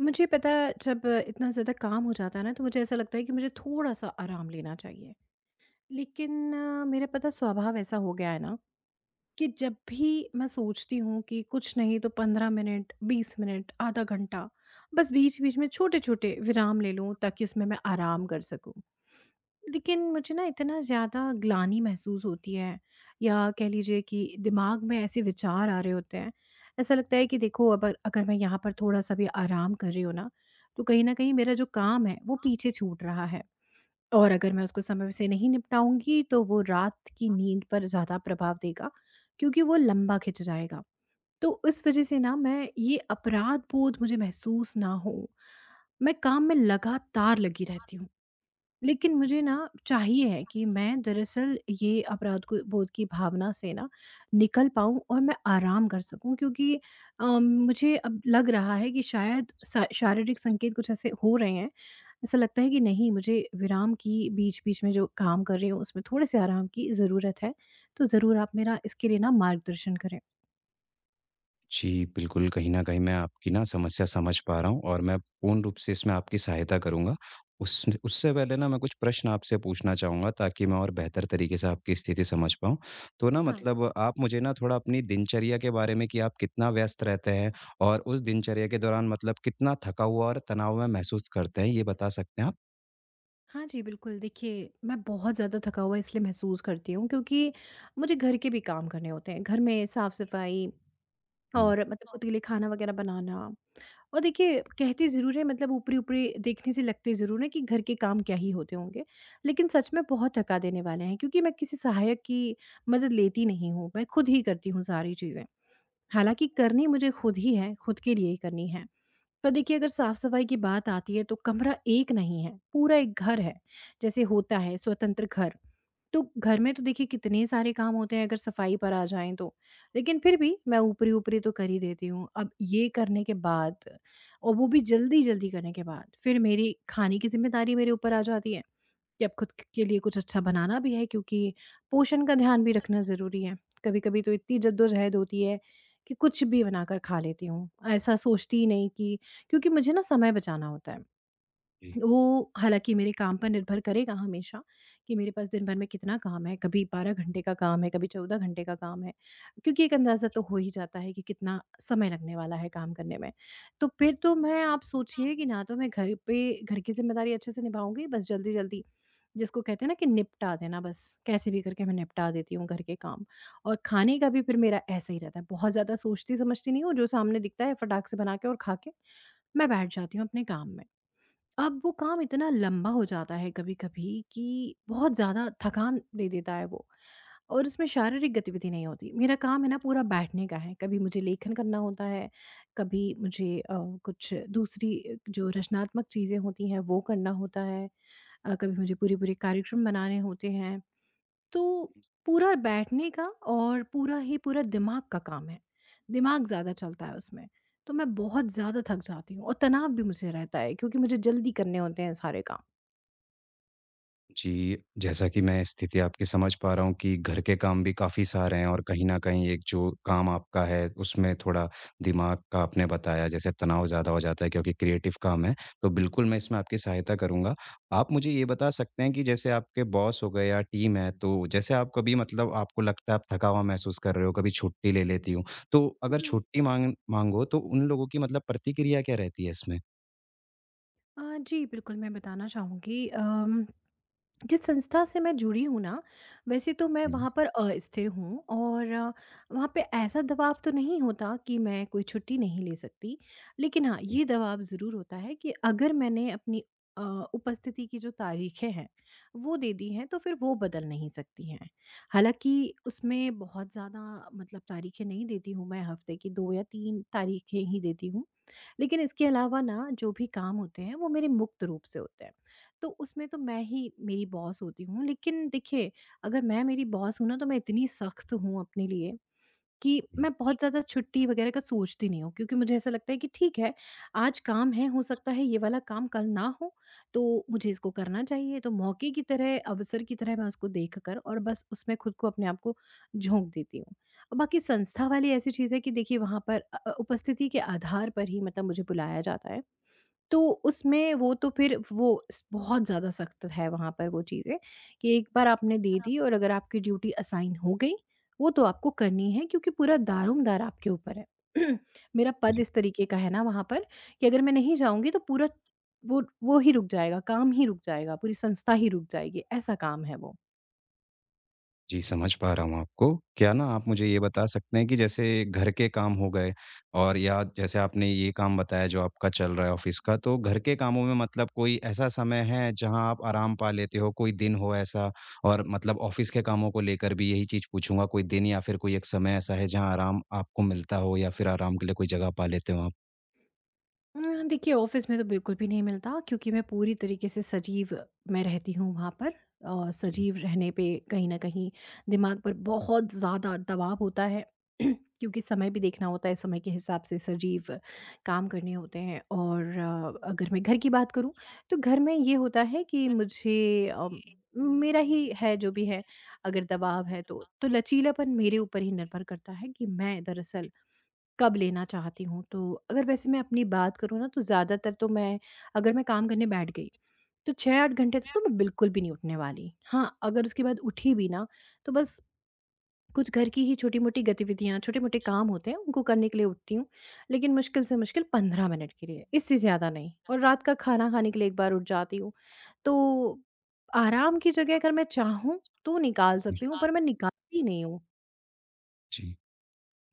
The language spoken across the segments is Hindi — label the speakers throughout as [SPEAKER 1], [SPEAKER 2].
[SPEAKER 1] मुझे पता है जब इतना ज़्यादा काम हो जाता है ना तो मुझे ऐसा लगता है कि मुझे थोड़ा-सा आराम लेना चाहिए। लेकिन मेरा पता स्वभाव ऐसा हो गया है ना कि जब भी मैं सोचती हूँ कि कुछ नहीं तो 15 मिनट, 20 मिनट, आधा घंटा बस बीच-बीच में छोटे-छोटे विराम ले लूँ ताकि उसमें मैं आराम कर सकूँ। लेकिन मुझे ना इतना ज़्यादा ग्लानि महसूस होती है या कह लीजिए कि दिमाग में ऐसे विचार आ रहे होते हैं। ऐसा लगता है कि देखो अगर अगर मैं यहाँ पर थोड़ा-सा भी आराम कर रही हूँ ना, तो कहीं न कहीं मेरा जो काम है वो पीछे छूट रहा है और अगर मैं उसको समय से नहीं निपटाऊँगी तो वो रात की नींद पर ज़्यादा प्रभाव देगा क्योंकि वो लंबा खिंच जाएगा। तो उस वज़ह से ना मैं ये अपराध बोध मुझे महसूस ना हो, मैं काम में लगातार लगी रहती हूँ। लेकिन मुझे ना चाहिए है कि मैं दरअसल ये अपराध को बोध की भावना से ना निकल पाऊँ और मैं आराम कर सकूँ क्योंकि मुझे अब लग रहा है कि शायद शारीरिक संकेत कुछ ऐसे हो रहे हैं। ऐसा लगता है कि नहीं मुझे विराम की बीच बीच में जो काम कर रही हूँ उसमें थोड़े से आराम की ज़रूरत है। तो ज़रूर आप मेरा इसके लिए ना मार्गदर्शन करें।
[SPEAKER 2] जी, बिल्कुल, कहीं न कहीं मैं आपकी ना समस्या समझ पा रहा हूँ और मैं पूर्ण रूप से इसमें आपकी सहायता करूँगा। उस उससे पहले ना मैं कुछ प्रश्न आपसे पूछना चाहूँगा, ताकि मैं और बेहतर तरीके से आपकी स्थिति समझ पाऊँ। तो ना
[SPEAKER 1] हाँ।
[SPEAKER 2] मतलब आप मुझे ना थोड़ा अपनी दिनचर्या के बारे में कि आप कितना व्यस्त रहते हैं? और उस दिनचर्या के दौरान मतलब कितना थका हुआ और तनाव में महसूस करते हैं, ये बता सकते हैं आप?
[SPEAKER 1] हाँ जी, बिल्कुल, देखिए मैं बहुत ज़्यादा थका हुआ इसलिए महसूस करती हूँ क्योंकि मुझे घर के भी काम करने होते हैं, घर में साफ़ सफाई
[SPEAKER 2] हुँ।
[SPEAKER 1] और मतलब खुद के लिए खाना वगैरह बनाना। और देखिए, कहते ज़रूर हैं मतलब ऊपरी-ऊपरी देखने से लगते ज़रूर हैं कि घर के काम क्या ही होते होंगे, लेकिन सच में बहुत थका देने वाले हैं क्योंकि मैं किसी सहायक की मदद लेती नहीं हूँ, मैं खुद ही करती हूँ सारी चीज़ें। हालाँकि करनी मुझे खुद ही है, खुद के लिए ही करनी है। तो देखिए अगर साफ सफाई की बात आती है तो कमरा एक नहीं है, पूरा एक घर है, जैसे होता है स्वतंत्र घर। तो घर में तो देखिए कितने सारे काम होते हैं अगर सफाई पर आ जाएं तो। लेकिन फिर भी मैं ऊपरी ऊपरी तो कर ही देती हूँ। अब ये करने के बाद और वो भी जल्दी जल्दी करने के बाद फिर मेरी खाने की जिम्मेदारी मेरे ऊपर आ जाती है कि अब खुद क के लिए कुछ अच्छा बनाना भी है क्योंकि पोषण का ध्यान भी रखना ज़रूरी है। कभी-कभी तो इतनी जद्दोजहद होती है कि कुछ भी बनाकर खा लेती हूँ। ऐसा सोचती ही नहीं कि, क्योंकि मुझे ना समय बचाना होता है।
[SPEAKER 2] जी।
[SPEAKER 1] वो, हालाँकि मेरे काम पर निर्भर करेगा हमेशा कि मेरे पास दिन भर में कितना काम है, कभी 12 घंटे का काम है, कभी 14 घंटे का काम है, क्योंकि एक अंदाज़ा तो हो ही जाता है कि कितना समय लगने वाला है काम करने में। तो फिर तो मैं, आप सोचिए कि ना तो मैं घर पे घर की ज़िम्मेदारी अच्छे से निभाऊँगी, बस जल्दी-जल्दी जिसको कहते हैं ना कि निपटा देना बस, कैसे भी करके मैं निपटा देती हूँ घर के काम। और खाने का भी फिर मेरा ऐसा ही रहता है, बहुत ज़्यादा सोचती-समझती नहीं हूँ, जो सामने दिखता है फटाक से बना के और खा के मैं बैठ जाती हूँ अपने काम में। अब वो काम इतना लंबा हो जाता है कभी-कभी कि बहुत ज़्यादा थकान दे देता है वो और उसमें शारीरिक गतिविधि नहीं होती। मेरा काम है ना पूरा बैठने का है, कभी मुझे लेखन करना होता है, कभी मुझे कुछ दूसरी जो रचनात्मक चीज़ें होती हैं वो करना होता है। कभी मुझे पूरे-पूरे कार्यक्रम बनाने होते हैं। तो पूरा बैठने का और पूरा ही पूरा दिमाग का काम है। दिमाग ज़्यादा चलता है उसमें, तो मैं बहुत ज़्यादा थक जाती हूँ और तनाव भी मुझे रहता है क्योंकि मुझे जल्दी करने होते हैं सारे काम।
[SPEAKER 2] जी, जैसा कि मैं स्थिति आपकी समझ पा रहा हूँ कि घर के काम भी काफ़ी सारे हैं, और कहीं न कहीं एक जो काम आपका है, उसमें थोड़ा दिमाग का आपने बताया, जैसे तनाव ज़्यादा हो जाता है क्योंकि क्रिएटिव काम है। तो बिल्कुल मैं इसमें आपकी सहायता करूँगा। आप मुझे ये बता सकते हैं कि जैसे आपके बॉस हो गए या टीम है, तो जैसे आप कभी मतलब आपको लगता है आप थका हुआ महसूस कर रहे हो, कभी छुट्टी ले लेती हो। तो अगर
[SPEAKER 1] हुँ।
[SPEAKER 2] छुट्टी माँग माँगो तो उन लोगों की मतलब प्रतिक्रिया क्या रहती है इसमें?
[SPEAKER 1] जी, बिल्कुल, मैं बताना चाहूँगी। अम जिस संस्था से मैं जुड़ी हूँ ना, वैसे तो मैं
[SPEAKER 2] हुँ।
[SPEAKER 1] वहाँ पर अस्थिर हूँ और वहाँ पे ऐसा दबाव तो नहीं होता कि मैं कोई छुट्टी नहीं ले सकती। लेकिन हाँ,
[SPEAKER 2] जी,
[SPEAKER 1] ये दबाव ज़रूर होता है कि अगर मैंने अपनी अ, उपस्थिति की जो तारीखें हैं, वो दे दी हैं तो फिर वो बदल नहीं सकती हैं। हालाँकि उसमें बहुत ज़्यादा मतलब तारीखें नहीं देती हूँ, मैं हफ़्ते की 2 या 3 तारीखें ही देती हूँ। लेकिन इसके अलावा ना जो भी काम होते हैं वो मेरे मुक्त रूप से होते हैं, तो उसमें तो मैं ही मेरी बॉस होती हूँ। लेकिन देखिए, अगर मैं मेरी बॉस हूँ ना तो मैं इतनी सख्त हूँ अपने लिए कि मैं बहुत ज़्यादा छुट्टी वगैरह का सोचती नहीं हूँ, क्योंकि मुझे ऐसा लगता है कि ठीक है, आज काम है, हो सकता है ये वाला काम कल ना हो, तो मुझे इसको करना चाहिए। तो मौके की तरह, अवसर की तरह मैं उसको देख कर और बस उसमें खुद को, अपने आप को झोंक देती हूँ। और बाकी संस्था वाली ऐसी चीज़ है कि देखिए वहाँ पर उपस्थिति के आधार पर ही मतलब मुझे बुलाया जाता है। तो उसमें वो तो फिर वो स बहुत ज़्यादा सख्त है वहाँ पर वो चीज़ें कि एक बार आपने दे दी और अगर आपकी ड्यूटी असाइन हो गई, वो तो आपको करनी है क्योंकि पूरा दारोमदार आपके ऊपर है। मेरा पद
[SPEAKER 2] हुँ।
[SPEAKER 1] इस तरीके का है ना वहाँ पर कि अगर मैं नहीं जाऊँगी तो पूरा वो ही रुक जाएगा, काम ही रुक जाएगा, पूरी संस्था ही रुक जाएगी, ऐसा काम है वो।
[SPEAKER 2] जी, समझ पा रहा हूँ आपको। क्या ना आप मुझे ये बता सकते हैं कि जैसे घर के काम हो गए और या जैसे आपने ये काम बताया जो आपका चल रहा है ऑफ़िस का, तो घर के कामों में मतलब कोई ऐसा समय है जहाँ आप आराम पा लेते हो, कोई दिन हो ऐसा? और मतलब ऑफ़िस के कामों को लेकर भी यही चीज़ पूछूँगा, कोई दिन या फिर कोई एक समय ऐसा है जहाँ आराम आपको मिलता हो या फिर आराम के लिए कोई जगह पा लेते हो आप?
[SPEAKER 1] देखिए ऑफ़िस में तो बिल्कुल भी नहीं मिलता क्योंकि मैं पूरी तरीके से सजीव मैं रहती हूँ वहाँ पर, और
[SPEAKER 2] जी, जी।
[SPEAKER 1] सजीव रहने पे कहीं न कहीं दिमाग पर बहुत ज़्यादा दबाव होता है। क्योंकि समय भी देखना होता है, समय के हिसाब से सजीव काम करने होते हैं। और अगर मैं घर की बात करूँ, तो घर में ये होता है कि मुझे मेरा ही है जो भी है, अगर दबाव है तो लचीलापन मेरे ऊपर ही निर्भर करता है कि मैं दरअसल कब लेना चाहती हूँ। तो अगर वैसे मैं अपनी बात करूँ ना तो ज़्यादातर तो मैं, अगर मैं काम करने बैठ गई तो 6-8 घंटे तक तो मैं बिल्कुल भी नहीं उठने वाली। हाँ, अगर उसके बाद उठी भी ना तो बस कुछ घर की ही छोटी-मोटी गतिविधियाँ, छोटे-मोटे काम होते हैं उनको करने के लिए उठती हूँ। लेकिन मुश्किल से मुश्किल 15 मिनट के लिए, इससे ज़्यादा नहीं, और रात का खाना खाने के लिए एक बार उठ जाती हूँ। तो आराम की जगह अगर मैं चाहूँ तो निकाल सकती हूँ, पर मैं निकालती नहीं हूँ।
[SPEAKER 2] जी।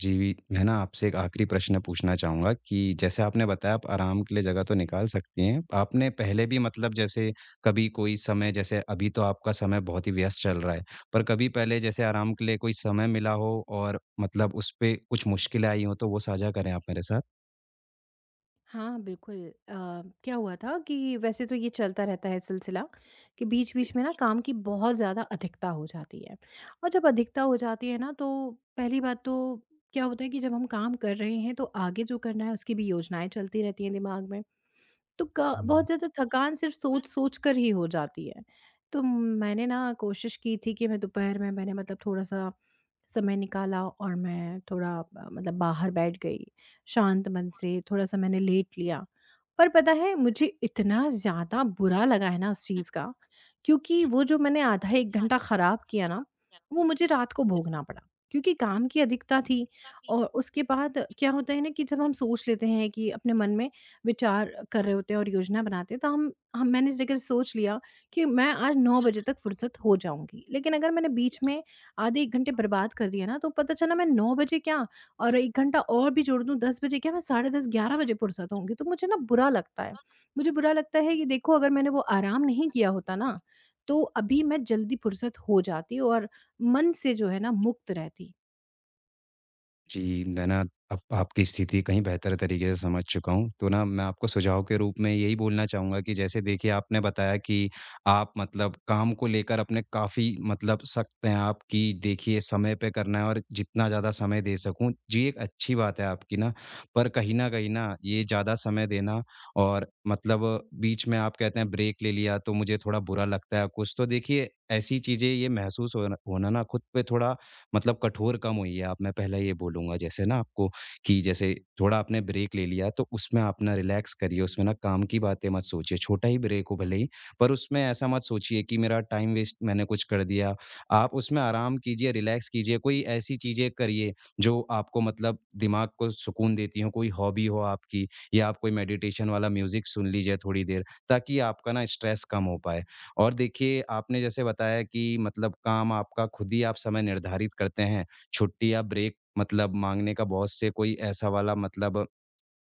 [SPEAKER 2] जी, मैं ना आपसे एक आखिरी प्रश्न पूछना चाहूँगा कि जैसे आपने बताया, आप आराम के लिए जगह तो निकाल सकती हैं। आपने पहले भी मतलब जैसे कभी कोई समय, जैसे अभी तो आपका समय बहुत ही व्यस्त चल रहा है, पर कभी पहले जैसे आराम के लिए कोई समय मिला हो और मतलब उस पे कुछ मुश्किलें आई हों, तो वो साझा करें आप मेरे साथ?
[SPEAKER 1] हाँ, बिल्कुल। क्या हुआ था कि वैसे तो ये चलता रहता है सिलसिला कि बीच-बीच में ना काम की बहुत ज़्यादा अधिकता हो जाती है। और जब अधिकता हो जाती है ना तो पहली बात तो क्या होता है कि जब हम काम कर रहे हैं तो आगे जो करना है उसकी भी योजनाएँ चलती रहती हैं दिमाग में। तो क बहुत
[SPEAKER 2] हुँ।
[SPEAKER 1] ज़्यादा थकान सिर्फ़ सोच-सोच कर ही हो जाती है। तो मैंने ना कोशिश की थी कि मैं दोपहर में, मैंने मतलब थोड़ा-सा समय निकाला और मैं थोड़ा मतलब बाहर बैठ गई, शांत मन से थोड़ा-सा मैंने लेट लिया। पर पता है मुझे इतना ज़्यादा बुरा लगा है ना उस चीज़ का, क्योंकि वो जो मैंने आधा 1 घंटा ख़राब किया ना, वो मुझे रात को भोगना पड़ा। क्योंकि काम की अधिकता थी और उसके बाद क्या होता है ना कि जब हम सोच लेते हैं कि अपने मन में विचार कर रहे होते हैं और योजना बनाते हैं तो हम मैंने इस जगह सोच लिया कि मैं आज 9 बजे तक फुर्सत हो जाऊँगी। लेकिन अगर मैंने बीच में आधे 1 घंटे बर्बाद कर दिए ना तो पता चला मैं 9 बजे क्या, और 1 घंटा और भी जोड़ दूँ 10 बजे क्या, मैं साढ़े 10, 11 बजे फुर्सत होंगी। तो मुझे ना बुरा लगता है। मुझे बुरा लगता है कि देखो अगर मैंने वो आराम नहीं किया होता ना तो अभी मैं जल्दी फुर्सत हो जाती और मन से जो है ना मुक्त रहती।
[SPEAKER 2] जी, मैं ना अब आपकी स्थिति कहीं बेहतर तरीके से समझ चुका हूँ। तो ना मैं आपको सुझाव के रूप में यही बोलना चाहूँगा कि जैसे देखिए, आपने बताया कि आप मतलब काम को लेकर अपने काफ़ी मतलब सख्त हैं आप, कि देखिए समय पे करना है और जितना ज़्यादा समय दे सकूँ, जी एक अच्छी बात है आपकी ना। पर कहीं न कहीं ना ये ज़्यादा समय देना और मतलब बीच में आप कहते हैं ब्रेक ले लिया तो मुझे थोड़ा बुरा लगता है कुछ। तो देखिए ऐसी चीज़ें, ये महसूस होना होना ना, खुद पे थोड़ा मतलब कठोर कम होइए आप, मैं पहले ये बोलूँगा। जैसे ना आपको कि जैसे थोड़ा आपने ब्रेक ले लिया, तो उसमें आप ना रिलैक्स करिए, उसमें ना काम की बातें मत सोचिए। छोटा ही ब्रेक हो भले ही, पर उसमें ऐसा मत सोचिए कि मेरा टाइम वेस्ट मैंने कुछ कर दिया। आप उसमें आराम कीजिए, रिलैक्स कीजिए, कोई ऐसी चीज़ें करिए जो आपको मतलब दिमाग को सुकून देती हों, कोई हॉबी हो आपकी, या आप कोई मेडिटेशन वाला म्यूज़िक सुन लीजिए थोड़ी देर, ताकि आपका ना स्ट्रेस कम हो पाए। और देखिए, आपने जैसे बताया कि मतलब काम आपका खुद ही आप समय निर्धारित करते हैं। छुट्टी या ब्रेक मतलब माँगने का बॉस से कोई ऐसा वाला मतलब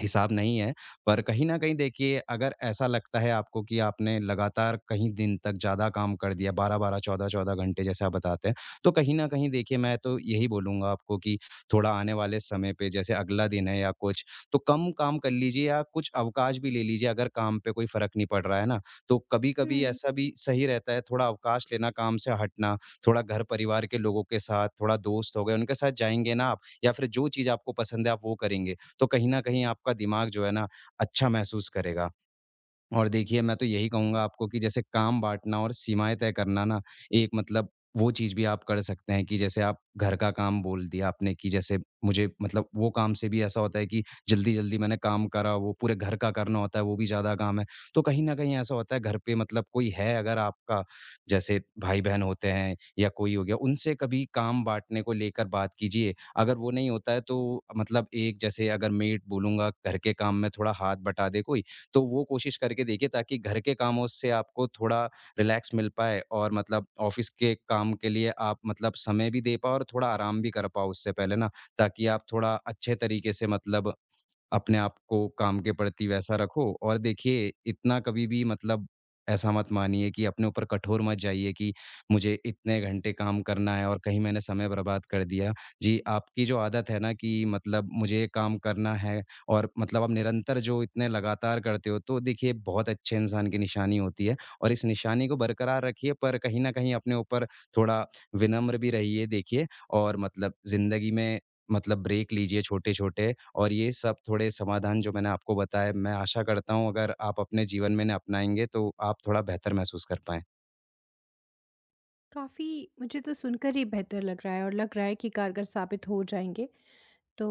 [SPEAKER 2] हिसाब नहीं है, पर कहीं न कहीं देखिए, अगर ऐसा लगता है आपको कि आपने लगातार कहीं दिन तक ज़्यादा काम कर दिया 12-12, 14-14 घंटे जैसे आप बताते हैं, तो कहीं न कहीं देखिए मैं तो यही बोलूँगा आपको कि थोड़ा आने वाले समय पे जैसे अगला दिन है या कुछ, तो कम काम कर लीजिए या कुछ अवकाश भी ले लीजिए, अगर काम पे कोई फ़र्क नहीं पड़ रहा है ना। तो कभी-कभी
[SPEAKER 1] हुँ,
[SPEAKER 2] ऐसा भी सही रहता है थोड़ा अवकाश लेना, काम से हटना, थोड़ा घर-परिवार के लोगों के साथ, थोड़ा दोस्त हो गए उनके साथ जाएँगे ना आप, या फिर जो चीज़ आपको पसंद है आप वो करेंगे। तो कहीं न कहीं आपका दिमाग जो है ना, अच्छा महसूस करेगा। और देखिए, मैं तो यही कहूँगा आपको कि जैसे काम बाँटना और सीमाएँ तय करना ना, एक मतलब वो चीज़ भी आप कर सकते हैं कि जैसे आप घर का काम बोल दिया आपने कि जैसे मुझे मतलब वो काम से भी ऐसा होता है कि जल्दी-जल्दी मैंने काम करा, वो पूरे घर का करना होता है, वो भी ज़्यादा काम है। तो कहीं न कहीं ऐसा होता है घर पे मतलब कोई है अगर आपका, जैसे भाई-बहन होते हैं या कोई हो गया, उनसे कभी काम बाँटने को लेकर बात कीजिए। अगर वो नहीं होता है तो मतलब एक जैसे अगर मेड बोलूँगा घर के काम में थोड़ा हाथ बटा दे कोई, तो वो कोशिश करके देखिए ताकि घर के कामों से आपको थोड़ा रिलैक्स मिल पाए और मतलब ऑफिस के काम के लिए आप मतलब समय भी दे पाओ और थोड़ा आराम भी कर पाओ उससे पहले ना, ताकि आप थोड़ा अच्छे तरीके से मतलब अपने आप को काम के प्रति वैसा रखो। और देखिए, इतना कभी भी मतलब ऐसा मत मानिए कि अपने ऊपर कठोर मत जाइए कि मुझे इतने घंटे काम करना है और कहीं मैंने समय बर्बाद कर दिया। जी, आपकी जो आदत है ना कि मतलब मुझे ये काम करना है और मतलब आप निरंतर जो इतने लगातार करते हो, तो देखिए बहुत अच्छे इंसान की निशानी होती है, और इस निशानी को बरकरार रखिए, पर कहीं न कहीं अपने ऊपर थोड़ा विनम्र भी रहिए देखिए, और मतलब ज़िंदगी में मतलब ब्रेक लीजिए छोटे-छोटे। और ये सब थोड़े समाधान जो मैंने आपको बताए, मैं आशा करता हूँ अगर आप अपने जीवन में इन्हें अपनाएँगे तो आप थोड़ा बेहतर महसूस कर पाएँ।
[SPEAKER 1] काफ़ी मुझे तो सुनकर ही बेहतर लग रहा है और लग रहा है कि कारगर साबित हो जाएँगे। तो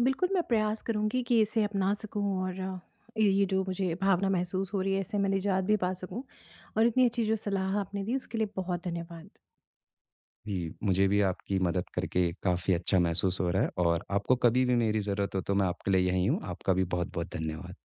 [SPEAKER 1] बिल्कुल, मैं प्रयास करूँगी कि इसे अपना सकूँ और ये जो मुझे भावना महसूस हो रही है इससे मैं निजात भी पा सकूँ, और इतनी अच्छी जो सलाह आपने दी उसके लिए बहुत धन्यवाद।
[SPEAKER 2] जी, मुझे भी आपकी मदद करके काफ़ी अच्छा महसूस हो रहा है, और आपको कभी भी मेरी ज़रूरत हो तो मैं आपके लिए यहीं हूँ। आपका भी बहुत-बहुत धन्यवाद।